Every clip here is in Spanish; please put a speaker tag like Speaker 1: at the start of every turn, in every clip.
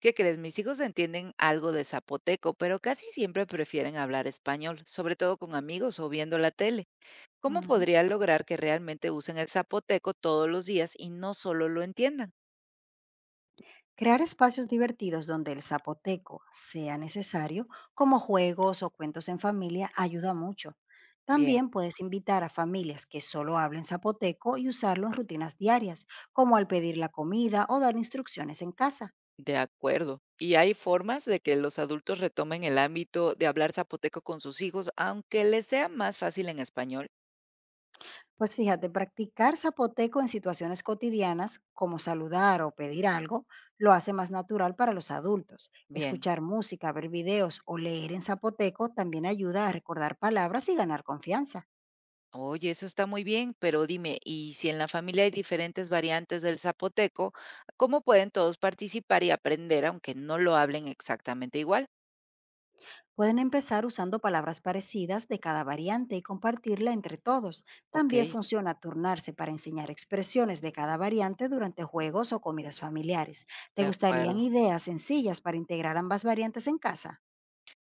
Speaker 1: ¿Qué crees? Mis hijos entienden algo de zapoteco, pero casi siempre prefieren hablar español, sobre todo con amigos o viendo la tele. ¿Cómo
Speaker 2: Ujú.
Speaker 1: podría lograr que realmente usen el zapoteco todos los días y no solo lo entiendan?
Speaker 2: Crear espacios divertidos donde el zapoteco sea necesario, como juegos o cuentos en familia, ayuda mucho.
Speaker 1: Bien,
Speaker 2: También puedes invitar a familias que solo hablen zapoteco y usarlo en rutinas diarias, como al pedir la comida o dar instrucciones en casa.
Speaker 1: de acuerdo. Y hay formas de que los adultos retomen el ámbito de hablar zapoteco con sus hijos, aunque les sea más fácil en español.
Speaker 2: Pues fíjate, practicar zapoteco en situaciones cotidianas, como saludar o pedir algo, lo hace más natural para los adultos.
Speaker 1: Bien.
Speaker 2: Escuchar música, ver videos o leer en zapoteco también ayuda a recordar palabras y ganar confianza.
Speaker 1: Oye, eso está muy bien, pero dime, ¿y si en la familia hay diferentes variantes del zapoteco, cómo pueden todos participar y aprender aunque no lo hablen exactamente igual?
Speaker 2: Pueden empezar usando palabras parecidas de cada variante y compartirla entre todos.
Speaker 1: Ok,
Speaker 2: También funciona turnarse para enseñar expresiones de cada variante durante juegos o comidas familiares. ¿Te
Speaker 1: de
Speaker 2: gustarían
Speaker 1: acuerdo.
Speaker 2: ideas sencillas para integrar ambas variantes en casa?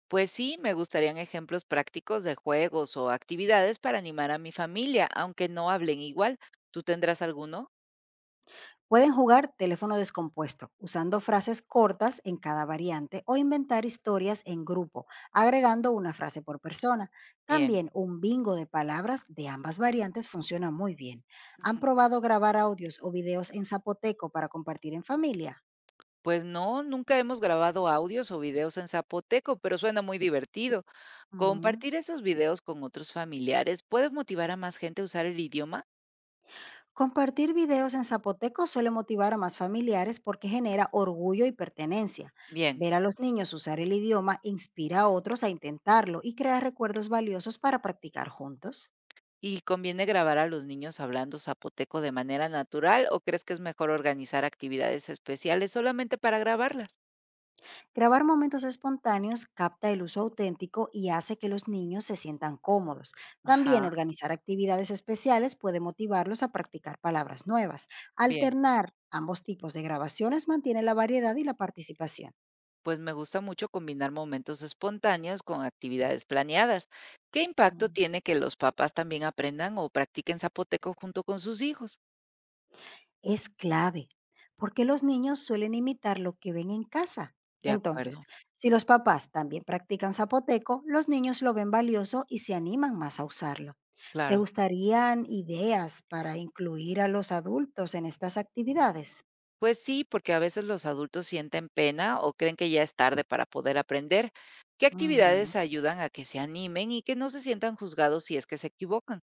Speaker 1: Pues sí, me gustarían ejemplos prácticos de juegos o actividades para animar a mi familia, aunque no hablen igual. ¿Tú tendrás alguno?
Speaker 2: Pueden jugar teléfono descompuesto, usando frases cortas en cada variante o inventar historias en grupo, agregando una frase por persona.
Speaker 1: Bien.
Speaker 2: También un bingo de palabras de ambas variantes funciona muy bien. ¿Han
Speaker 1: Ujú.
Speaker 2: probado grabar audios o videos en zapoteco para compartir en familia?
Speaker 1: Pues no, nunca hemos grabado audios o videos en zapoteco, pero suena muy divertido.
Speaker 2: Mm.
Speaker 1: ¿Compartir esos videos con otros familiares puede motivar a más gente a usar el idioma?
Speaker 2: Compartir videos en zapoteco suele motivar a más familiares porque genera orgullo y pertenencia.
Speaker 1: Bien.
Speaker 2: Ver a los niños usar el idioma inspira a otros a intentarlo y crea recuerdos valiosos para practicar juntos.
Speaker 1: ¿Y conviene grabar a los niños hablando zapoteco de manera natural o crees que es mejor organizar actividades especiales solamente para grabarlas?
Speaker 2: Grabar momentos espontáneos capta el uso auténtico y hace que los niños se sientan cómodos. También
Speaker 1: Ajá,
Speaker 2: organizar actividades especiales puede motivarlos a practicar palabras nuevas.
Speaker 1: bien.
Speaker 2: Alternar ambos tipos de grabaciones mantiene la variedad y la participación.
Speaker 1: Pues me gusta mucho combinar momentos espontáneos con actividades planeadas. ¿Qué impacto tiene que los papás también aprendan o practiquen zapoteco junto con sus hijos?
Speaker 2: Es clave, porque los niños suelen imitar lo que ven en casa.
Speaker 1: De
Speaker 2: Entonces,
Speaker 1: acuerdo,
Speaker 2: si los papás también practican zapoteco, los niños lo ven valioso y se animan más a usarlo. ¿Te
Speaker 1: claro.
Speaker 2: gustarían ideas para incluir a los adultos en estas actividades?
Speaker 1: Pues sí, porque a veces los adultos sienten pena o creen que ya es tarde para poder aprender. ¿Qué
Speaker 2: Ujú.
Speaker 1: actividades ayudan a que se animen y que no se sientan juzgados si es que se equivocan?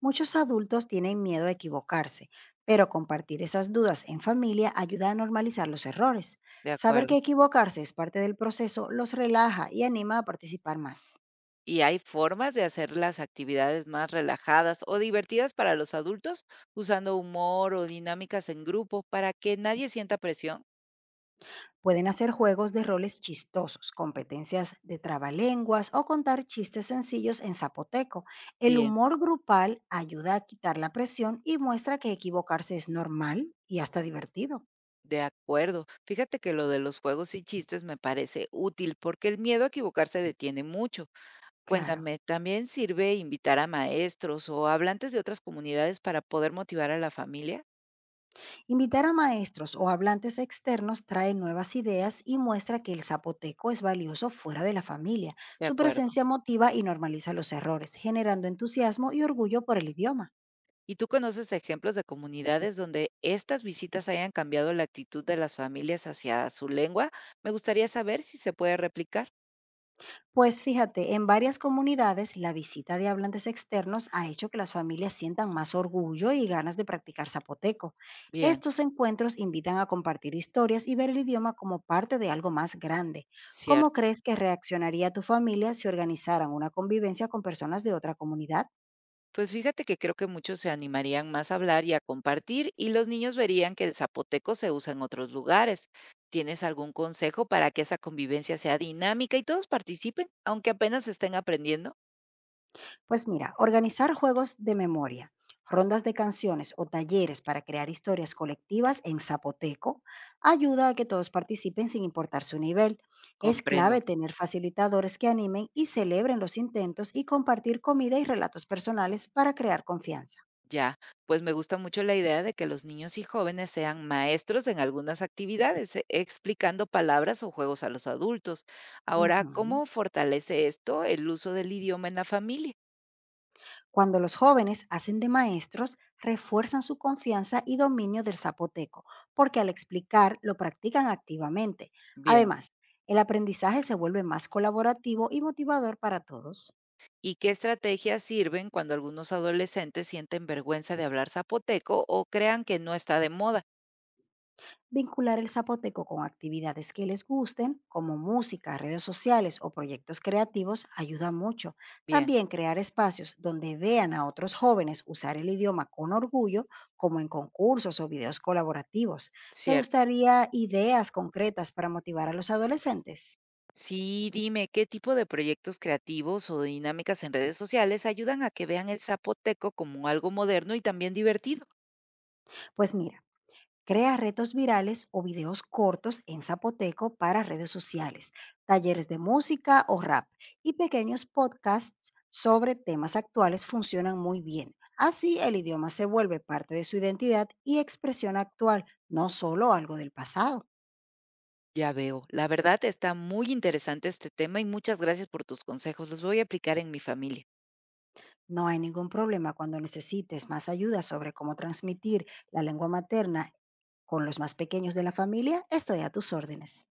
Speaker 2: Muchos adultos tienen miedo a equivocarse, pero compartir esas dudas en familia ayuda a normalizar los errores.
Speaker 1: De
Speaker 2: Saber
Speaker 1: acuerdo.
Speaker 2: que equivocarse es parte del proceso los relaja y anima a participar más.
Speaker 1: ¿Y hay formas de hacer las actividades más relajadas o divertidas para los adultos usando humor o dinámicas en grupo para que nadie sienta presión?
Speaker 2: Pueden hacer juegos de roles chistosos, competencias de trabalenguas o contar chistes sencillos en zapoteco. El
Speaker 1: Bien,
Speaker 2: humor grupal ayuda a quitar la presión y muestra que equivocarse es normal y hasta divertido.
Speaker 1: de acuerdo. Fíjate que lo de los juegos y chistes me parece útil porque el miedo a equivocarse detiene mucho.
Speaker 2: Claro.
Speaker 1: Cuéntame, ¿también sirve invitar a maestros o hablantes de otras comunidades para poder motivar a la familia?
Speaker 2: Invitar a maestros o hablantes externos trae nuevas ideas y muestra que el zapoteco es valioso fuera de la familia.
Speaker 1: De
Speaker 2: Su
Speaker 1: acuerdo.
Speaker 2: presencia motiva y normaliza los errores, generando entusiasmo y orgullo por el idioma.
Speaker 1: ¿Y tú conoces ejemplos de comunidades donde estas visitas hayan cambiado la actitud de las familias hacia su lengua? Me gustaría saber si se puede replicar.
Speaker 2: Pues fíjate, en varias comunidades la visita de hablantes externos ha hecho que las familias sientan más orgullo y ganas de practicar zapoteco.
Speaker 1: Bien,
Speaker 2: Estos encuentros invitan a compartir historias y ver el idioma como parte de algo más grande. ¿Cómo
Speaker 1: cierto.
Speaker 2: crees que reaccionaría tu familia si organizaran una convivencia con personas de otra comunidad?
Speaker 1: Pues fíjate que creo que muchos se animarían más a hablar y a compartir y los niños verían que el zapoteco se usa en otros lugares. ¿Tienes algún consejo para que esa convivencia sea dinámica y todos participen, aunque apenas estén aprendiendo?
Speaker 2: Pues mira, organizar juegos de memoria, rondas de canciones o talleres para crear historias colectivas en zapoteco ayuda a que todos participen sin importar su nivel. Es clave
Speaker 1: Comprendo,
Speaker 2: tener facilitadores que animen y celebren los intentos y compartir comida y relatos personales para crear confianza.
Speaker 1: ya. Pues me gusta mucho la idea de que los niños y jóvenes sean maestros en algunas actividades, explicando palabras o juegos a los adultos. Ahora,
Speaker 2: Ujú.
Speaker 1: ¿cómo fortalece esto el uso del idioma en la familia?
Speaker 2: Cuando los jóvenes hacen de maestros, refuerzan su confianza y dominio del zapoteco, porque al explicar lo practican activamente.
Speaker 1: Bien.
Speaker 2: Además, el aprendizaje se vuelve más colaborativo y motivador para todos.
Speaker 1: ¿Y qué estrategias sirven cuando algunos adolescentes sienten vergüenza de hablar zapoteco o crean que no está de moda?
Speaker 2: Vincular el zapoteco con actividades que les gusten, como música, redes sociales o proyectos creativos, ayuda mucho.
Speaker 1: Bien,
Speaker 2: También crear espacios donde vean a otros jóvenes usar el idioma con orgullo, como en concursos o videos colaborativos. ¿Te
Speaker 1: cierto.
Speaker 2: gustaría ideas concretas para motivar a los adolescentes?
Speaker 1: Sí, dime, ¿qué tipo de proyectos creativos o dinámicas en redes sociales ayudan a que vean el zapoteco como algo moderno y también divertido?
Speaker 2: Pues mira, crea retos virales o videos cortos en zapoteco para redes sociales, talleres de música o rap y pequeños podcasts sobre temas actuales funcionan muy bien. Así el idioma se vuelve parte de su identidad y expresión actual, no solo algo del pasado.
Speaker 1: Ya veo. La verdad está muy interesante este tema y muchas gracias por tus consejos. Los voy a aplicar en mi familia.
Speaker 2: No hay ningún problema cuando necesites más ayuda sobre cómo transmitir la lengua materna con los más pequeños de la familia. Estoy a tus órdenes.